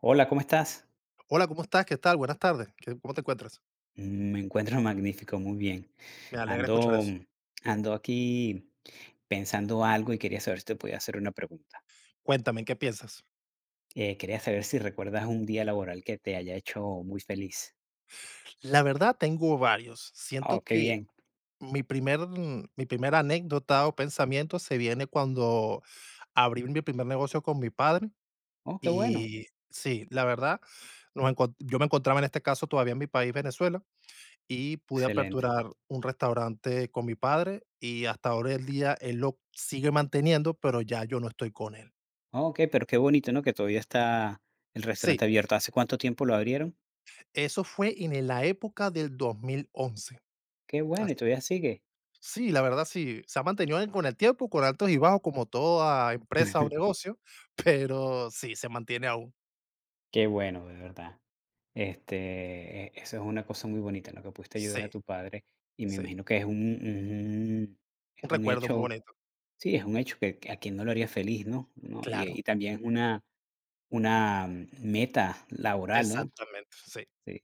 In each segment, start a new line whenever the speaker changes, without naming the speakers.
Hola, ¿cómo estás?
Hola, ¿cómo estás? ¿Qué tal? Buenas tardes. ¿Cómo te encuentras?
Me encuentro magnífico, muy bien.
Me alegra escuchar
Ando,
eso.
ando aquí pensando algo y quería saber si te podía hacer una pregunta.
Cuéntame, ¿en qué piensas?
Quería saber si recuerdas un día laboral que te haya hecho muy feliz.
La verdad, tengo varios.
Oh,
Siento
qué
que
bien.
mi primera anécdota o pensamiento se viene cuando abrí mi primer negocio con mi padre
Oh, qué bueno.
y sí, la verdad, yo me encontraba en este caso todavía en mi país, Venezuela, y pude
Excelente.
aperturar un restaurante con mi padre y hasta ahora el día él lo sigue manteniendo, pero ya yo no estoy con él.
Oh, ok, pero qué bonito, ¿no? Que todavía está el restaurante
Sí,
abierto. ¿Hace cuánto tiempo lo abrieron?
eso fue en el la época del 2011.
Qué bueno, y
Así
todavía sigue.
sí, la verdad sí, se ha mantenido en con el tiempo, con altos y bajos, como toda empresa o negocio, pero sí, se mantiene aún.
Qué bueno, de verdad. Eso es una cosa muy bonita, ¿no? Que pudiste ayudar
Sí,
a tu padre y me
sí,
imagino que es un es
un
un
recuerdo muy
hecho,
bonito.
sí, es un hecho que a quien no lo haría feliz, ¿no? ¿No?
Claro,
Y también es una meta laboral, ¿no?
exactamente, sí.
Sí.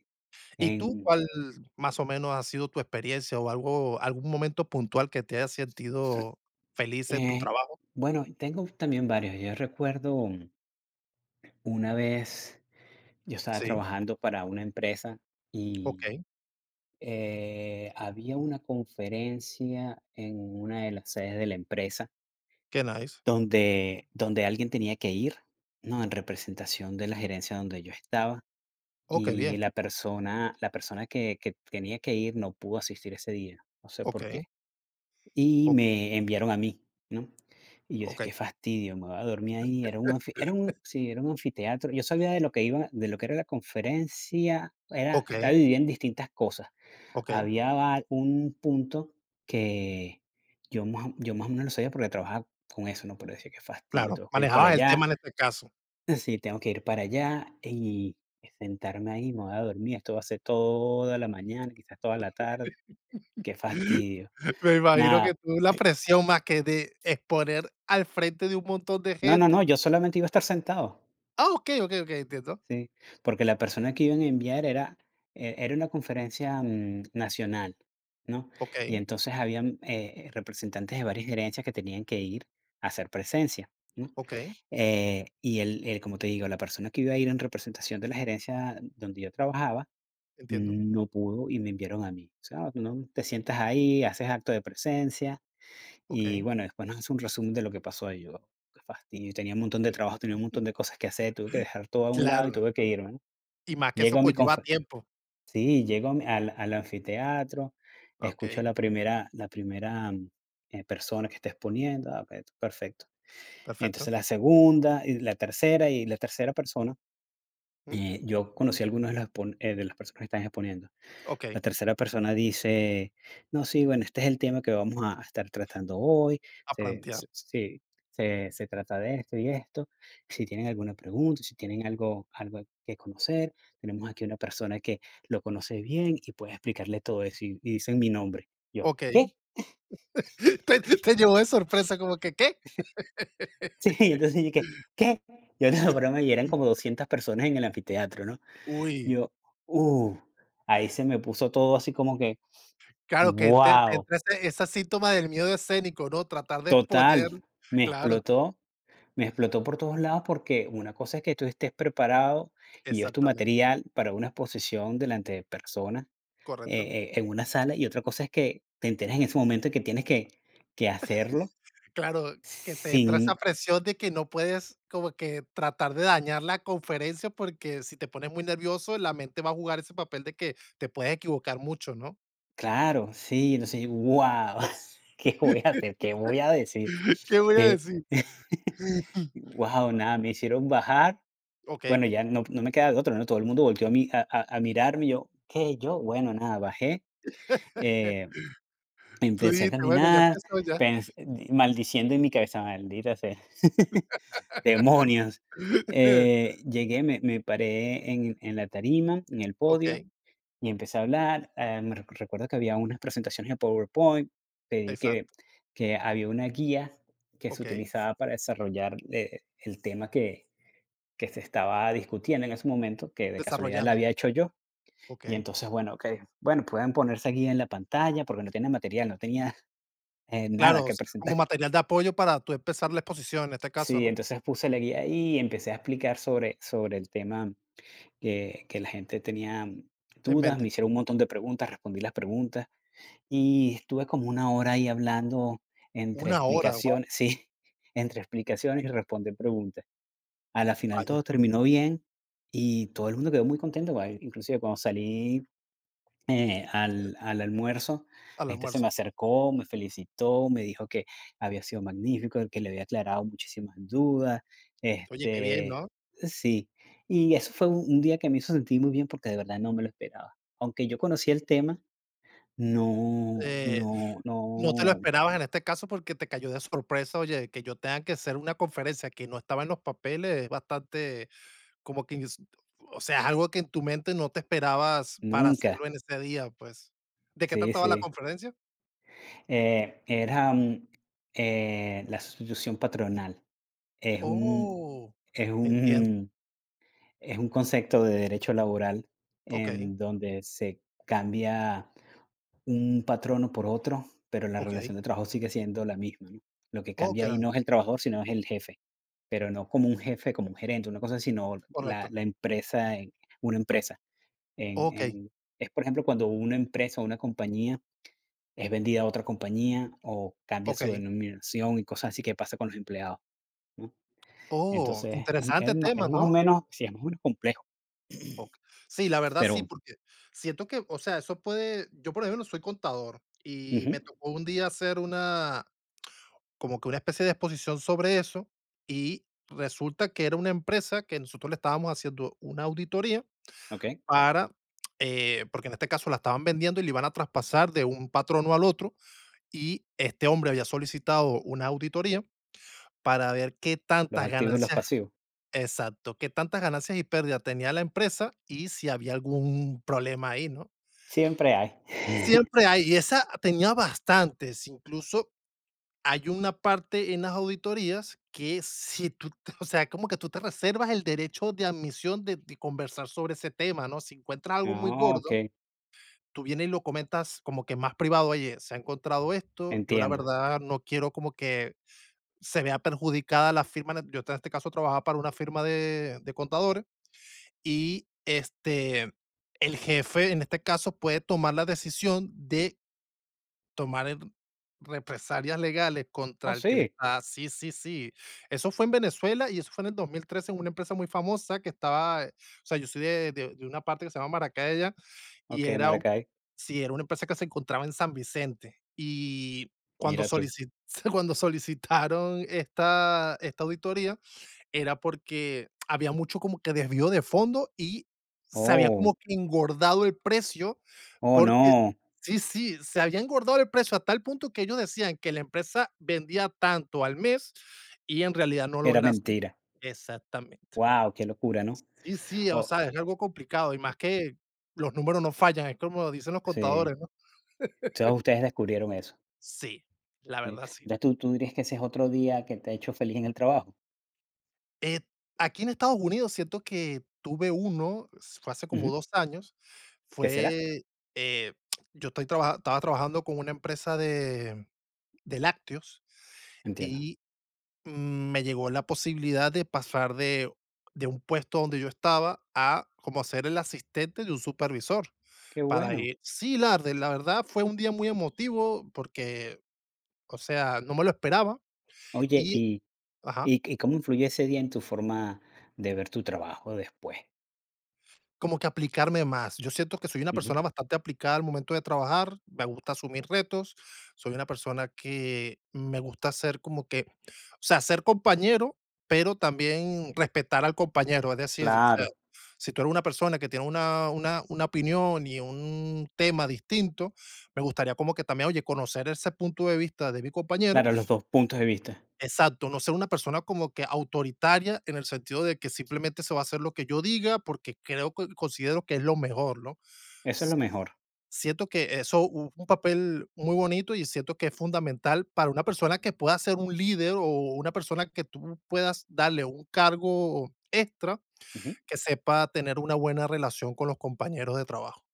¿Y tú
En,
cuál más o menos ha sido tu experiencia o algo algún momento puntual que te haya sentido feliz en tu
eh,
trabajo?
bueno, tengo también varios. Yo recuerdo, una vez yo estaba
Sí,
trabajando para una empresa.
okey,
Había una conferencia en una de las sedes de la empresa
qué nice.
donde, donde alguien tenía que ir, ¿no? En representación de la gerencia donde yo estaba.
Oh,
Y
bien.
la persona que tenía que ir no pudo asistir ese día, no sé por
Okey,
qué. Y
ok,
me enviaron a mí, ¿no? Y yo dije, qué
okey,
fastidio, me voy a dormir ahí. Era un, era un, sí, era un anfiteatro. Yo sabía de lo que iba, de lo que era la conferencia. Era, estaba
okey,
dividida en distintas cosas,
okey.
un punto que yo más o menos lo sabía porque trabajaba con eso, ¿no? Pero decía: "Qué fastidio,
Claro,
tengo que ir para
manejabas el
allá,
tema en este caso.
sí, tengo que ir para allá y sentarme ahí, me voy a dormir, esto va a ser toda la mañana, quizás toda la tarde, qué fastidio".
Me imagino
Nada,
que tú la presión más que de exponer al frente de un montón de
no, no,
gente.
no, yo solamente iba a estar sentado.
Ah, okey, okey, okey, entiendo.
Sí, porque la persona que iban a enviar era era una conferencia, nacional, ¿no? Y
Okey,
entonces habían, representantes de varias gerencias que tenían que ir a hacer presencia, ¿no?
okey,
Y como te digo, la persona que iba a ir en representación de la gerencia donde yo trabajaba,
entiendo.
no pudo y me enviaron a mí. O sea, no, te sientas ahí, haces acto de presencia y,
Okey.
bueno, después nos hace un resumen de lo que pasó. Y yo, qué fastidio, tenía un montón de trabajo, tenía un montón de cosas que hacer, tuve que dejar todo a un lado y
Claro,
tuve que irme, ¿no?
y más que eso
Llego a mi
conlleva
confe
tiempo.
Sí, llego a mi al anfiteatro, escucho a
Okey,
la primera, persona que está exponiendo, ah, okey, perfecto.
perfecto.
Entonces la segunda, y la tercera persona,
Mm,
yo conocí a algunos de los expon de las personas que están exponiendo.
okey,
La tercera persona dice: "No, sí, bueno, este es el tema que vamos a estar tratando hoy,
a
se
plantear.
se sí, se trata de esto y esto. Si tienen alguna pregunta, si tienen algo que conocer, tenemos aquí una persona que lo conoce bien y puede explicarle todo eso", y dicen mi nombre. Yo:
Okey.
"¿Qué?".
Te llevó de sorpresa como que, ¿qué?
Sí, entonces yo que: "¿Qué?". Yo te lo broma, y eran como 200 personas en el anfiteatro, ¿no?
Uy,
Yo: "Uh". Ahí se me puso todo así como que,
claro que te
wow,
entra ese síntoma del miedo escénico, ¿no? Tratar de exponer
total, me
claro,
explotó me explotó por todos lados porque una cosa es que tú estés preparado y es tu
exactamente,
material para una exposición delante de personas,
correcto.
en una sala, y otra cosa es que te enteras en ese momento y que tienes que hacerlo
Claro, que te entra esa
sin…
presión de que no puedes como que tratar de dañar la conferencia, porque si te pones muy nervioso, la mente va a jugar ese papel de que te puedes equivocar mucho, ¿no?
Claro, sí, entonces, guau, ¿qué voy a hacer? ¿Qué voy a decir?
¿Qué voy a
¿Qué?
decir?
Guau, nada, me hicieron bajar.
Okey.
Bueno, ya no me queda de otro, ¿no? Todo el mundo volteó a mi a mirarme, y yo, ¿qué? ¿Yo? Bueno, nada, bajé, eh
Tú
empecé a
dijiste: "Bueno, ya
caminar,
empezó ya".
pens maldiciendo en mi cabeza, maldita sea, demonios. Llegué, me paré en la tarima, en el podio,
Okey,
y empecé a hablar. Me re recuerdo que había unas presentaciones de PowerPoint, pedí que
exacto,
había una guía que se
okey,
utilizaba para desarrollar, el tema que se estaba discutiendo en ese momento, que de casualidad la
desarrollando,
había hecho yo. Y
okey.
entonces, bueno, okey, bueno, pueden poner esa guía en la pantalla porque no tienen material, no tenía nada
Claro, o
que
sea,
presentar.
como material de apoyo para tú empezar la exposición, en este caso,
Sí,
¿no?
entonces puse la guía ahí y empecé a explicar sobre el tema que la gente tenía
En
dudas,
mente.
me hicieron un montón de preguntas, respondí las preguntas y estuve como 1 hora ahí hablando entre
Una hora, guau,
explicaciones, sí, entre explicaciones y responder preguntas. A la final
vaya,
todo terminó bien y todo el mundo quedó muy contento, ah, inclusive cuando salí, al almuerzo,
al
la gente se me
almuerzo.
acercó, me felicitó, me dijo que había sido magnífico, que le había aclarado muchísimas dudas,
Oye, qué bien,
este,
¿no?
sí, y eso fue un día que me hizo sentir muy bien porque de verdad no me lo esperaba. Aunque yo conocía el tema, no,
Eh
no,
No te lo
no,
esperabas en este caso porque te cayó de sorpresa, oye, que yo tenga que hacer una conferencia que no estaba en los papeles, es bastante como que, ins o sea, es algo que en tu mente no te esperabas para
nunca.
hacerlo en ese día, pues. ¿De qué
Sí,
trataba la
sí.
conferencia?
Eh, era, mm, la sustitución patronal. Es un
Oh,
es
entiendo.
un Es un concepto de derecho laboral
Okey,
en donde se cambia un patrono por otro, pero la
okey.
relación de trabajo sigue siendo la misma, ¿no? Lo que cambia ahí
Okey,
no es el trabajador, sino es el jefe, pero no como un jefe, como un gerente, una cosa así, sino
correcto.
la empresa en una empresa.
Okey,
En Es, por ejemplo, cuando una empresa o una compañía es vendida a otra compañía o cambia su
okey.
denominación y cosas así, que pasa con los empleados, ¿no?
Oh,
Entonces,
interesante
es
tema,
más o
¿no?
menos, sí, es más o menos complejo,
Ok. Sí, la verdad sí,
pero…
porque siento que, o sea, eso puede yo, por ejemplo, soy contador y
Ujú,
me tocó un día hacer una como que una especie de exposición sobre eso, y resulta que era una empresa que nosotros le estábamos haciendo una auditoría
okey,
para, porque en este caso la estaban vendiendo y le iban a traspasar de un patrono al otro, y este hombre había solicitado una auditoría para ver qué
los
tantas
activos y los
ganancias,
pasivos.
exacto, qué tantas ganancias y pérdidas tenía la empresa y si había algún problema ahí, ¿no?
Siempre hay.
Siempre hay, y esa tenía bastantes, incluso hay una parte en las auditorías que si tú, te- o sea, como que tú te reservas el derecho de admisión de conversar sobre ese tema, ¿no? Si encuentras algo muy
Ah,
gordo,
okey,
tú vienes y lo comentas como que más privado, oye, se ha encontrado esto, yo la
entiendo.
verdad no quiero como que se vea perjudicada la firma, en- yo en este caso trabajaba para una firma de contadores y este, el jefe en este caso puede tomar la decisión de tomar en represalias legales contra
Oh,
el que le
sí,
está sí, sí, sí. Eso fue en Venezuela y eso fue en el 2013 en una empresa muy famosa que estaba, o sea, yo soy de una parte que se llama Maracaya y
okey,
era u
Maracay,
sí, era una empresa que se encontraba en San Vicente. Y cuando
mira tú.
solici cuando solicitaron esta auditoría era porque había mucho como que desvío de fondo y se había
Oh,
como que engordado el precio
oh,
porque
no,
sí, sí, se había engordado el precio a tal punto que ellos decían que la empresa vendía tanto al mes y en realidad no lo
era
era así.
mentira.
Exactamente.
Wow, qué locura, ¿no?
Sí, sí, o
Oh,
sea, es algo complicado y más que los números no fallan, es como dicen los
sí,
contadores, ¿no?
todos ustedes descubrieron eso,
Sí, la
sí.
verdad sí.
Entonces, ¿tú dirías que ese es otro día que te ha hecho feliz en el trabajo?
Eh, Aquí en Estados Unidos siento que tuve uno, s fue hace
Ujú,
como 2 años,
¿qué será?
fue, eh, yo estoy traba estaba trabajando con una empresa de lácteos
Entiendo.
y me llegó la posibilidad de pasar de un puesto donde yo estaba a como ser el asistente de un supervisor.
Qué
Para
bueno.
ir. Sí, la verdad fue un día muy emotivo porque, o sea, no me lo esperaba.
Oye,
Y,
¿y
ajá.
cómo influyó ese día en tu forma de ver tu trabajo después?
Como que aplicarme más. Yo siento que soy una
Ujú,
persona bastante aplicada al momento de trabajar, me gusta asumir retos, soy una persona que me gusta ser como que, o sea, ser compañero, pero también respetar al compañero. Es decir, o sea,
claro,
si tú eres una persona que tiene una opinión y un tema distinto, me gustaría como que también, oye, conocer ese punto de vista de mi compañero
claro, los dos puntos de vista.
exacto, no ser una persona como que autoritaria en el sentido de que simplemente se va a hacer lo que yo diga porque creo que considero que es lo mejor, ¿no?
Eso es
S-
lo mejor.
Siento que eso un papel muy bonito y siento que es fundamental para una persona que pueda ser un líder o una persona que tú puedas darle un cargo extra
Ujú.
que sepa tener una buena relación con los compañeros de trabajo.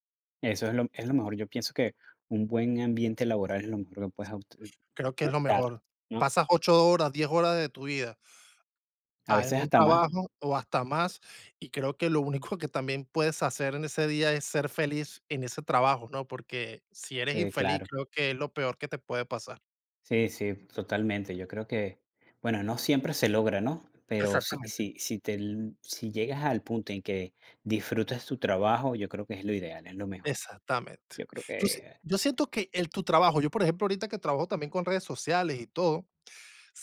Eso es lo mejor. Yo pienso que un buen ambiente laboral es lo mejor que puedes obte
Creo que es lo
buscar,
mejor.
¿no?
Pasas 8 horas, 10 horas de tu vida
A
a en
veces
un
hasta más.
trabajo o hasta más, y creo que lo único que también puedes hacer en ese día es ser feliz en ese trabajo, ¿no? Porque si eres
Sí,
infeliz,
claro.
creo que es lo peor que te puede pasar.
Sí, sí, totalmente. Yo creo que, bueno, no siempre se logra, ¿no? Pero si
Exactamente.
si si te l si llegas al punto en que disfrutas tu trabajo, yo creo que es lo ideal, es lo mejor.
Exactamente.
Yo creo que…
Yo siento que el tu trabajo, yo, por ejemplo, ahorita que trabajo también con redes sociales y todo,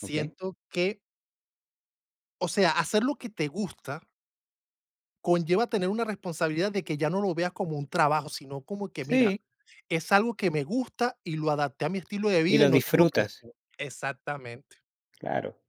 ¿ok?
que, o sea, hacer lo que te gusta conlleva tener una responsabilidad de que ya no lo veas como un trabajo, sino como que mira,
Sí,
es algo que me gusta y lo adapté a mi estilo de
y
vida y
lo
no tengo
disfrutas.
presión. Exactamente.
Claro,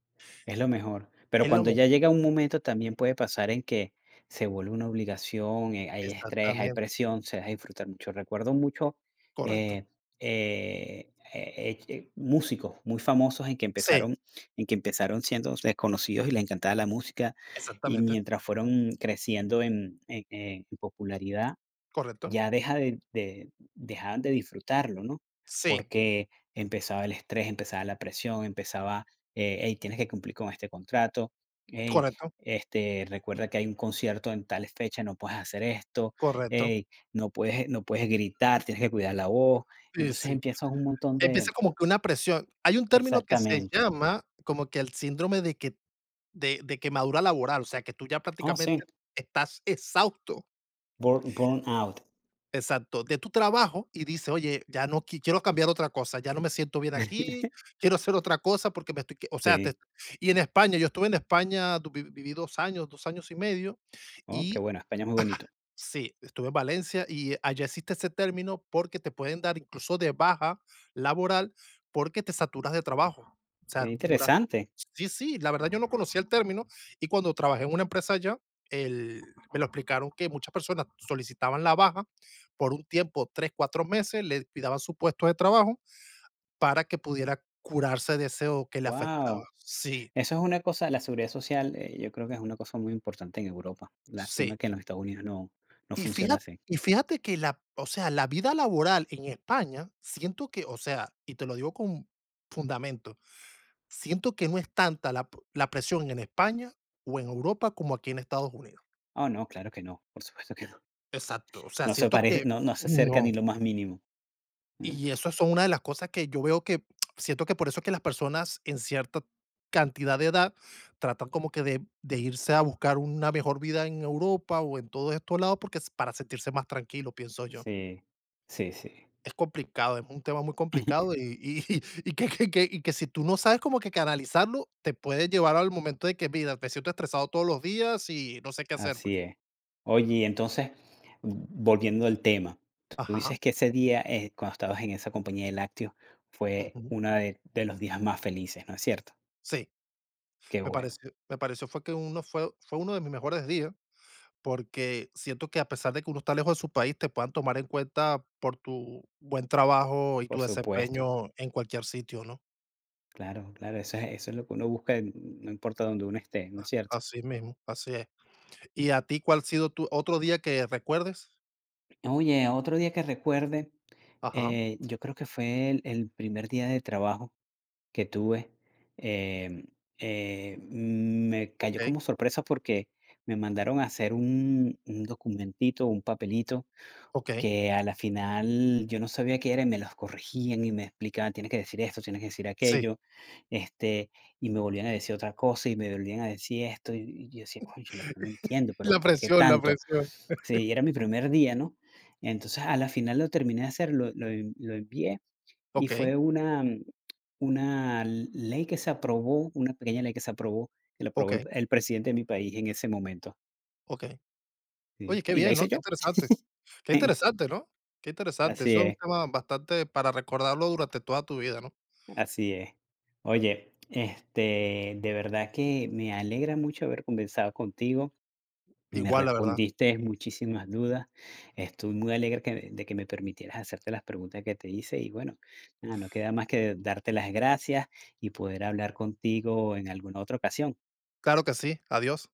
es lo mejor. Pero
Es lo
cuando ya
mejor.
llega un momento también puede pasar en que se vuelve una obligación, hay estrés, hay
Exactamente.
presión, se deja disfrutar mucho. Recuerdo mucho
Correcto.
eh, músicos muy famosos
Sí,
en que empezaron siendo desconocidos y les encantaba la música, y
exactamente.
mientras fueron creciendo en popularidad
Correcto.
dejaban de disfrutarlo, ¿no?
Sí,
Porque empezaba el estrés, empezaba la presión, empezaba, hey, tienes que cumplir con este contrato, hey,
correcto,
este, recuerda que hay un concierto en tal fecha, no puedes hacer esto,
correcto.
hey, no puedes, no puedes gritar, tienes que cuidar la voz.
Sí,
Entonces
sí.
empiezas un montón de…
Empieza como que una presión. Hay un término que se
Exactamente.
llama como que el síndrome de que de quemadura laboral, o sea, que tú ya
Oh, sí,
prácticamente estás exhausto.
burn out.
Exacto, de tu trabajo y dice: "Oye, ya no quiero cambiar otra cosa, ya no me siento bien aquí, quiero hacer otra cosa porque me estoy que", o sea, te
Sí.
y en España, yo estuve en España, du vi viví 2 años, 2 años y medio,
Oh, qué
y
bueno, España es muy bonito.
sí, estuve en Valencia y allá existe ese término porque te pueden dar incluso de baja laboral porque te saturas de trabajo. O sea,
Qué
duras.
interesante.
Sí, sí, la verdad yo no conocía el término y cuando trabajé en una empresa allá, el- me lo explicaron que muchas personas solicitaban la baja por un tiempo, 3, 4 meses, le cuidaban su puesto de trabajo para que pudiera curarse de ese o que le afectaba.
Wow.
Sí,
Eso es una cosa, la seguridad social, yo creo que es una cosa muy importante en Europa. Lástima
sí.
que en los Estados Unidos no, no funciona así.
Y fíjate que la o sea, la vida laboral en España, siento que, o sea, y te lo digo con fundamento, siento que no es tanta la presión en España o en Europa como aquí en Estados Unidos.
Oh, no, claro que no, por supuesto que no.
Exacto, o sea,
No se
siento
parece,
que
no, no se acerca
no.
ni lo más mínimo. Mm,
Y eso son una de las cosas que yo veo que siento que por eso es que las personas en cierta cantidad de edad tratan como que de irse a buscar una mejor vida en Europa o en todos estos lados porque s para sentirse más tranquilo, pienso yo.
Sí, sí, sí.
Es complicado, es un tema muy complicado y y que y que si tú no sabes como que canalizarlo, te puede llevar al momento de que: "Mira, me siento estresado todos los días y no sé qué hacer", pues.
Así es. Oye, entonces, volviendo al tema, tú
Ajá,
dices que ese día, cuando estabas en esa compañía de lácteos, fue
ujú.
uno de los días más felices, ¿no es cierto?
Sí,
Qué
me
bueno,
pareció me pareció fue uno de mis mejores días, porque siento que a pesar de que uno está lejos de su país, te puedan tomar en cuenta por tu buen trabajo y
por
tu
supuesto.
desempeño en cualquier sitio, ¿no?
Claro, claro, eso es lo que uno busca, en… No importa donde uno esté, ¿no es cierto?
Así mismo, así es. ¿Y a ti cuál ha sido tu otro día que recuerdes?
Oye, otro día que recuerde,
Ajá,
yo creo que fue el primer día de trabajo que tuve, em, me cayó
okey,
como sorpresa porque me mandaron a hacer un documentito, un papelito
okey.
que a la final yo no sabía qué era y me los corregían y me explicaban, tienes que decir esto, tienes que decir
Sí,
aquello, este, y me volvían a decir otra cosa y me volvían a decir esto, y yo decía, cónchale, pero no entiendo, pero
la
¿por qué
presión, la
tanto?
presión.
Sí, era mi primer día, ¿no? Entonces a la final lo terminé de hacer, lo, lo envié y
Okey,
fue una ley que se aprobó, una pequeña ley que se aprobó, que la aprobó
okey,
el presidente de mi país en ese momento.
okey. Oye,
Sí,
qué
y la
bien,
hice
¿no? Qué
yo.
interesante. Qué interesante, ¿no? Qué interesante.
Así
Eso es un
es.
tema bastante para recordarlo durante toda tu vida, ¿no?
Así es. Oye, este, de verdad que me alegra mucho haber conversado contigo. Me
Igual, la verdad.
respondiste muchísimas dudas. Estoy muy alegre de que me permitieras hacerte las preguntas que te hice. Y bueno, nada, no queda más que darte las gracias y poder hablar contigo en alguna otra ocasión.
Claro que sí. Adiós.